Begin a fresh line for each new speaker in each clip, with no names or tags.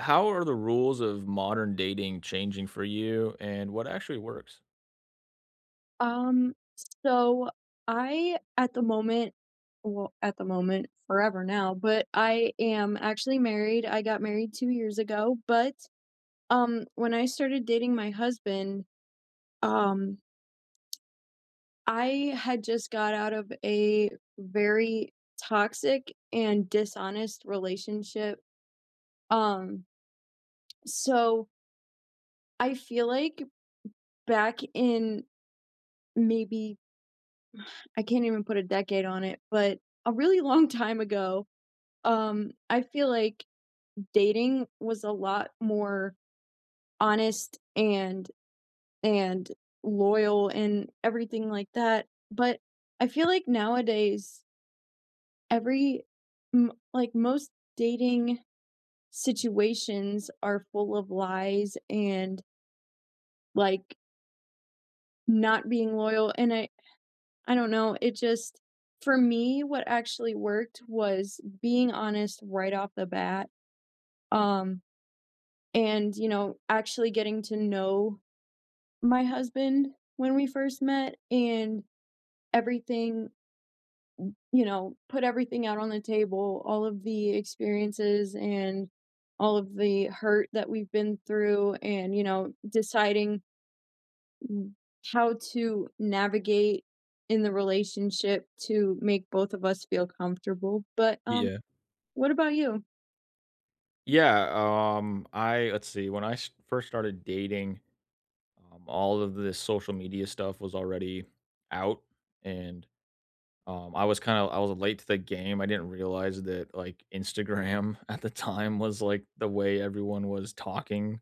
How are the rules of modern dating changing for you, and what actually works?
Um, so I at the moment well, at the moment, forever now, but I am actually married. I got married 2 years ago, but, when I started dating my husband, um, I had just got out of a very toxic and dishonest relationship. Um, so I feel like back in maybe I can't even put a decade on it, but a really long time ago. I feel like dating was a lot more honest and and loyal and everything like that, but I feel like nowadays every most dating situations are full of lies and, like, not being loyal, and I don't know, it just for me, what actually worked was being honest right off the bat, um, and, actually getting to know my husband when we first met and everything, put everything out on the table, all of the experiences and all of the hurt that we've been through and, deciding how to navigate in the relationship to make both of us feel comfortable. But
Yeah.
what about you?
Yeah, I let's see. When first started dating, all of this social media stuff was already out, and I was late to the game. I didn't realize that like Instagram at the time was like the way everyone was talking,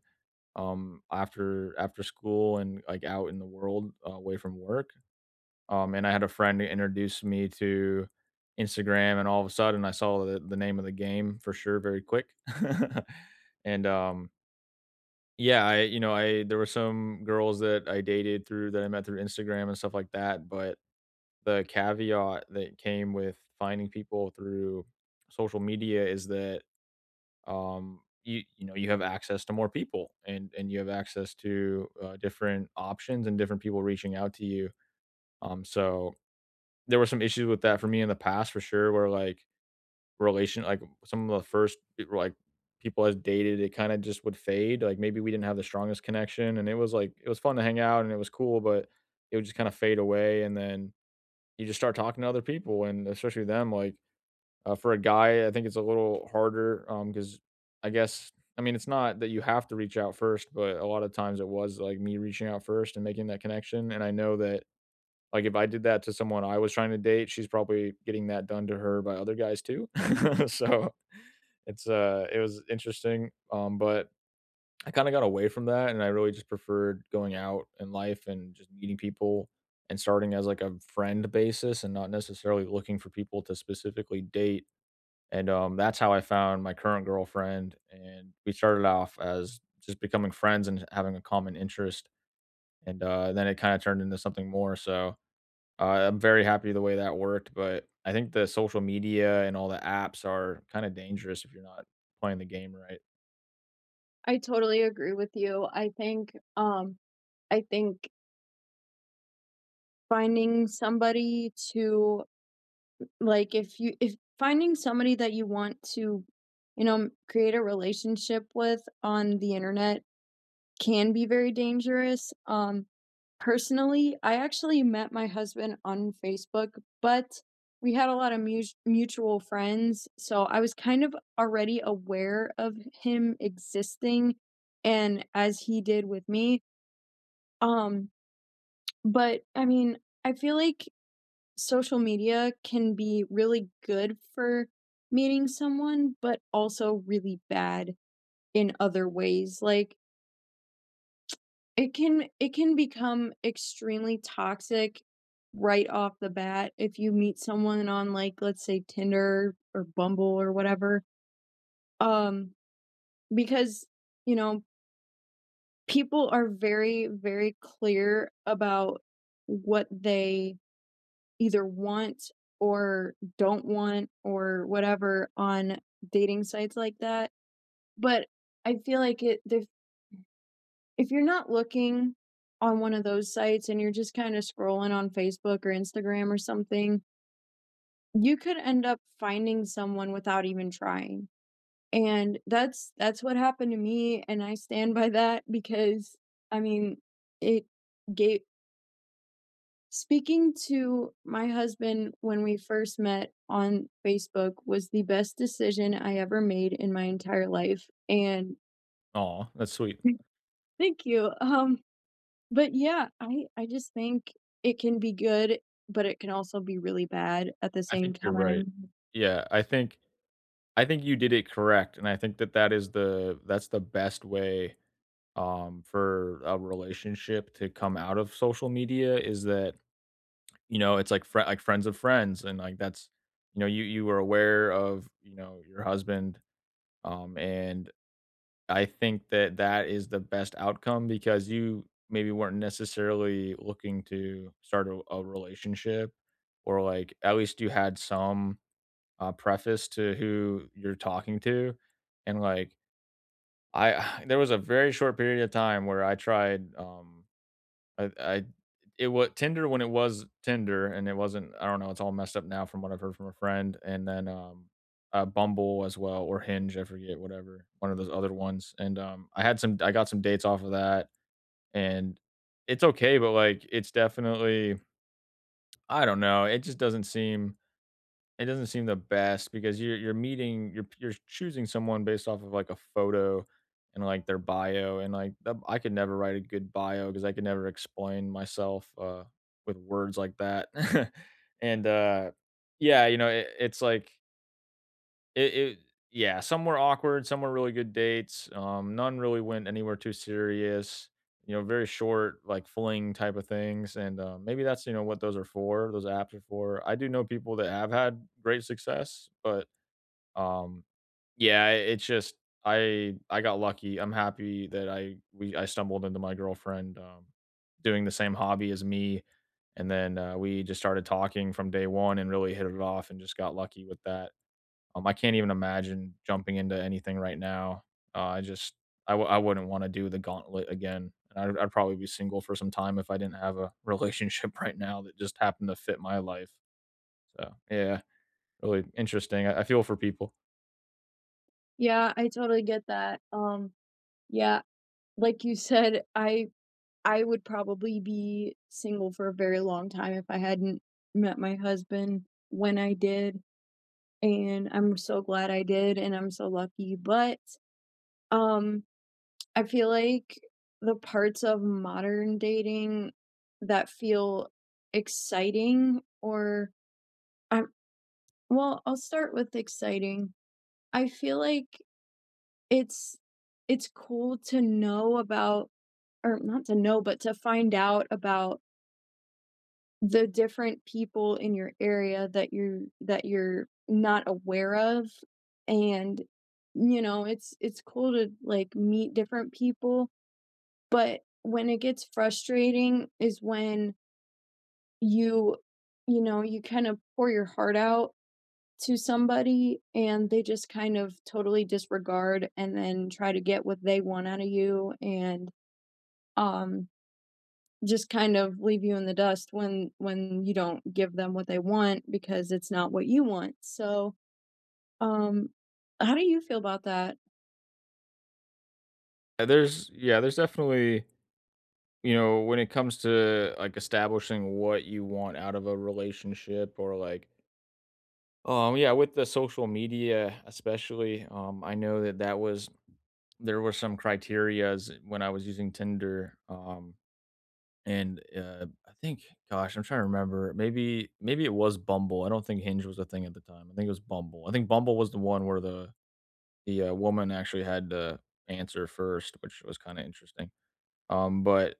after school and like out in the world, away from work. And I had a friend who introduced me to Instagram, and all of a sudden, I saw the name of the game for sure, very quick. and yeah, I you know I there were some girls that I dated through that I met through Instagram and stuff like that, but the caveat that came with finding people through social media is that, you have access to more people and you have access to, different options and different people reaching out to you. So there were some issues with that for me in the past for sure where like relation like some of the first like people I dated it kind of just would fade, like maybe we didn't have the strongest connection and it was like it was fun to hang out and it was cool, but it would just kind of fade away, and then you just start talking to other people, and especially them like, for a guy I think it's a little harder, because I guess, I mean, it's not that you have to reach out first, but a lot of times it was like me reaching out first and making that connection, and I know that like if I did that to someone I was trying to date, she's probably getting that done to her by other guys too. So it was interesting. But I kind of got away from that and I really just preferred going out in life and just meeting people and starting as like a friend basis and not necessarily looking for people to specifically date. And that's how I found my current girlfriend, and we started off as just becoming friends and having a common interest, and then it kind of turned into something more. So, I'm very happy the way that worked, but I think the social media and all the apps are kinda dangerous if you're not playing the game right.
I totally agree with you. I think finding somebody to like if you if finding somebody that you want to create a relationship with on the internet can be very dangerous. Personally, I actually met my husband on Facebook, but we had a lot of mutual friends, so I was kind of already aware of him existing, and as he did with me. um but I mean, I feel like social media can be really good for meeting someone, but also really bad in other ways. Like it can become extremely toxic right off the bat if you meet someone on like let's say Tinder or Bumble or whatever. Um because you know people are very clear about what they either want or don't want or whatever on dating sites like that. But I feel like it if you're not looking on one of those sites and you're just kinda scrolling on Facebook or Instagram or something, you could end up finding someone without even trying. And that's what happened to me, and I stand by that because I mean, it gave speaking to my husband when we first met on Facebook was the best decision I ever made in my entire life, and
Oh, that's sweet.
thank you. But yeah, I just think it can be good, but it can also be really bad at the
I
same
think you're right.
time.
Yeah, I think you did it correct, and I think that that is the that's the best way, for a relationship to come out of social media, is that, you know, it's like frie like friends of friends, and, like, that's, you were aware of, your husband, and I think that that is the best outcome because you maybe weren't necessarily looking to start a relationship, or like at least you had some, preface to who you're talking to, and like I there was a very short period of time where I tried, I it was Tinder when it was Tinder, and it wasn't I don't know, it's all messed up now from what I've heard from a friend, and then, Bumble as well, or Hinge, I forget, whatever, one of those other ones, and, I got some dates off of that, and it's okay, but, like, it's definitely, I don't know, it doesn't seem the best because you're meeting, you're choosing someone based off of, like, a photo, and, like, their bio, and, like, the I could never write a good bio because I could never explain myself, with words like that. And, yeah, it's like it yeah, some were awkward, some were really good dates, none really went anywhere too serious, very short, like, fling type of things, and, maybe that's, what those apps are for. I do know people that have had great success, but, um, yeah, it's just I got lucky, I'm happy that I stumbled into my girlfriend, doing the same hobby as me, and then, we just started talking from day 1 and really hit it off and just got lucky with that. I can't even imagine jumping into anything right now. I just I wouldn't want to do the gauntlet again. And I'd probably be single for some time if I didn't have a relationship right now that just happened to fit my life. So yeah, really interesting. I feel for people.
Yeah, I totally get that. Yeah, like you said, I would probably be single for a very long time if I hadn't met my husband when I did. And I'm so glad I did and I'm so lucky, but, um, I feel like the parts of modern dating that feel exciting or I'm well, I'll start with exciting. I feel like it's it's cool to know about or not to know, but to find out about the different people in your area that you're not aware of. And it's cool to like meet different people, but when it gets frustrating is when you you know you kind of pour your heart out to somebody and they just kind of totally disregard and then try to get what they want out of you, and um just kind of leave you in the dust when you don't give them what they want because it's not what you want. So, um, how do you feel about that?
There's yeah, there's definitely, when it comes to like establishing what you want out of a relationship, or like yeah, with the social media, especially, I know that that was there were some criterias when I was using Tinder, and, I think, gosh, I'm trying to remember, maybe it was Bumble, I don't think Hinge was a thing at the time, I think it was Bumble. I think Bumble was the one where the woman actually had to answer first, which was kinda interesting. But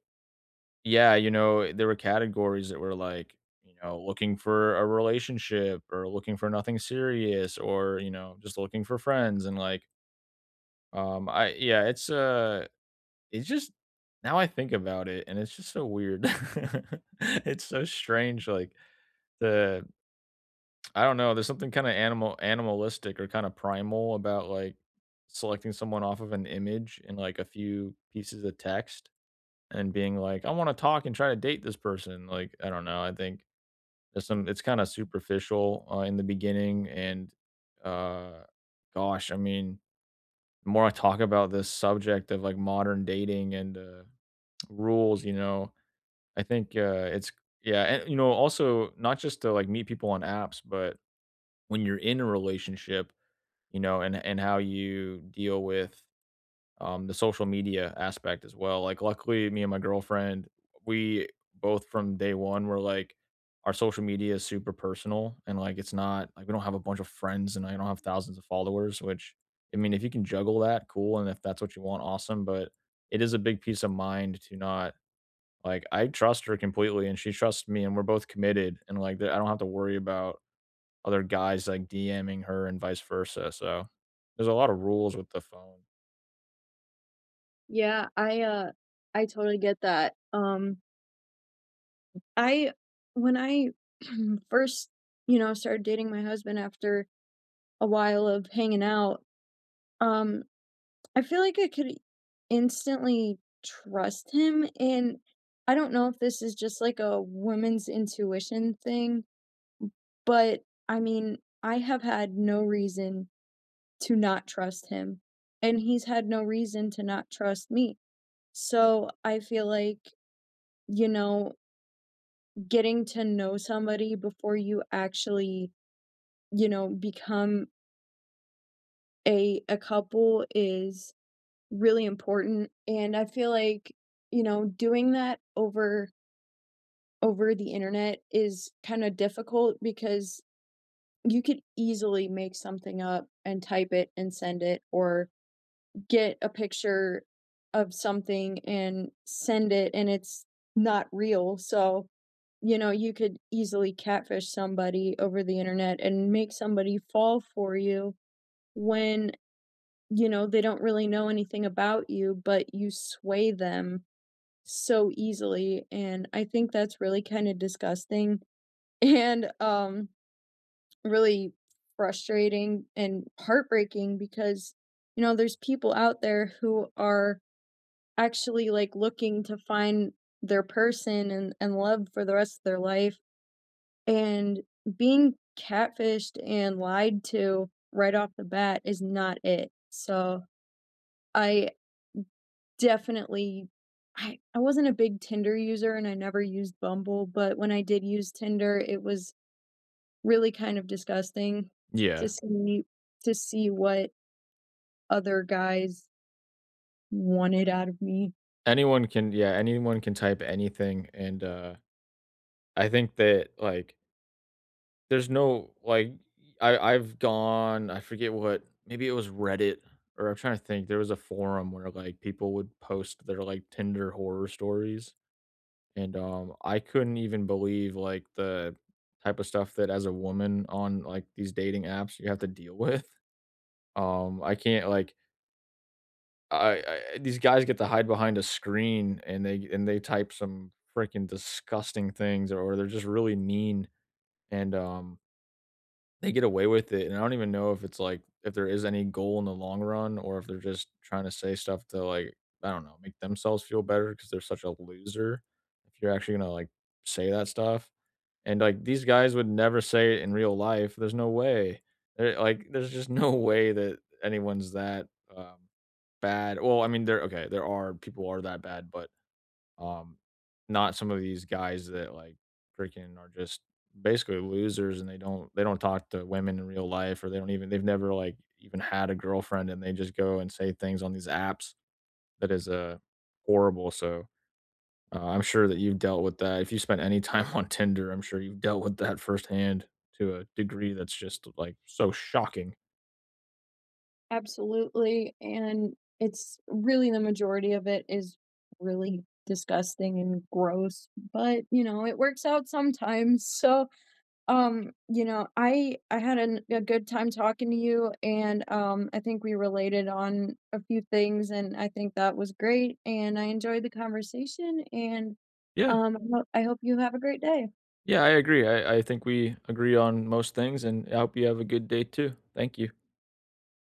yeah, there were categories that were like, looking for a relationship or looking for nothing serious, or, just looking for friends, and, like, I yeah, it's just, now I think about it, and it's just so weird. It's so strange, like, the I don't know, there's something kinda animalistic or kinda primal about, like, selecting someone off of an image and, like, a few pieces of text and being like, "I wanna talk and try to date this person," like, I don't know, I think there's some it's kinda superficial, in the beginning, and, uh, gosh, I mean, the more I talk about this subject of, like, modern dating and, rules, I think, it's yeah, and, also not just to, like, meet people on apps, but when you're in a relationship, and how you deal with, the social media aspect as well, like, luckily, me and my girlfriend, we both from day one were like, our social media is super personal, and, like, it's not like, we don't have a bunch of friends, and I don't have thousands of followers, which, I mean, if you can juggle that, cool, and if that's what you want, awesome, but it is a big peace of mind to not, like, I trust her completely and she trusts me and we're both committed, and, like, the I don't have to worry about other guys, like, DMing her and vice versa, so there's a lot of rules with the phone.
Yeah, I totally get that. I when I first, started dating my husband after a while of hanging out, um, I feel like I could instantly trust him, and I don't know if this is just like a woman's intuition thing. But, I mean, I have had no reason to not trust him, and he's had no reason to not trust me. So, I feel like, you know, getting to know somebody before you actually, become a couple is really important, and I feel like, doing that over the internet is kinda difficult because you could easily make something up and type it and send it, or get a picture of something and send it, and it's not real. So, you could easily catfish somebody over the internet and make somebody fall for you when, they don't really know anything about you, but you sway them so easily. And I think that's really kind of disgusting and really frustrating and heartbreaking because there's people out there who are actually like looking to find their person, and love for the rest of their life, and being catfished and lied to right off the bat is not it. So I definitely I wasn't a big Tinder user, and I never used Bumble, but when I did use Tinder, it was really kind of disgusting to
Yeah.
see what other guys wanted out of me.
Anyone can yeah, anyone can type anything, and, I think that, like, there's no, like, I I've gone I forget what, maybe it was Reddit, or I'm trying to think, there was a forum where, like, people would post their, like, Tinder horror stories. And, I couldn't even believe, like, the type of stuff that as a woman on, like, these dating apps you have to deal with. I can't, like, I I these guys get to hide behind a screen and they type some freaking disgusting things, or they're just really mean, and, they get away with it, and I don't even know if it's, like, if there is any goal in the long run, or if they're just trying to say stuff to, like, I don't know, make themselves feel better because 'cause they're such a loser, if you're actually gonna, like, say that stuff. And like these guys would never say it in real life. There's no way. There's just no way that anyone's that, um, bad. Well, I mean, there okay, there are people are that bad, but, um, not some of these guys that like freaking are just basically losers, and they don't talk to women in real life, or they don't even they've never like even had a girlfriend, and they just go and say things on these apps that is, horrible. So, I'm sure that you've dealt with that. If you spent any time on Tinder, I'm sure you've dealt with that firsthand to a degree that's just like so shocking.
Absolutely, and it's really the majority of it is really disgusting and gross, but, it works out sometimes, so, I had an a good time talking to you, and, I think we related on a few things, and I think that was great, and I enjoyed the conversation, and,
Yeah.
I hope you have a great day.
Yeah, I agree. I think we agree on most things, and I hope you have a good day too. Thank you.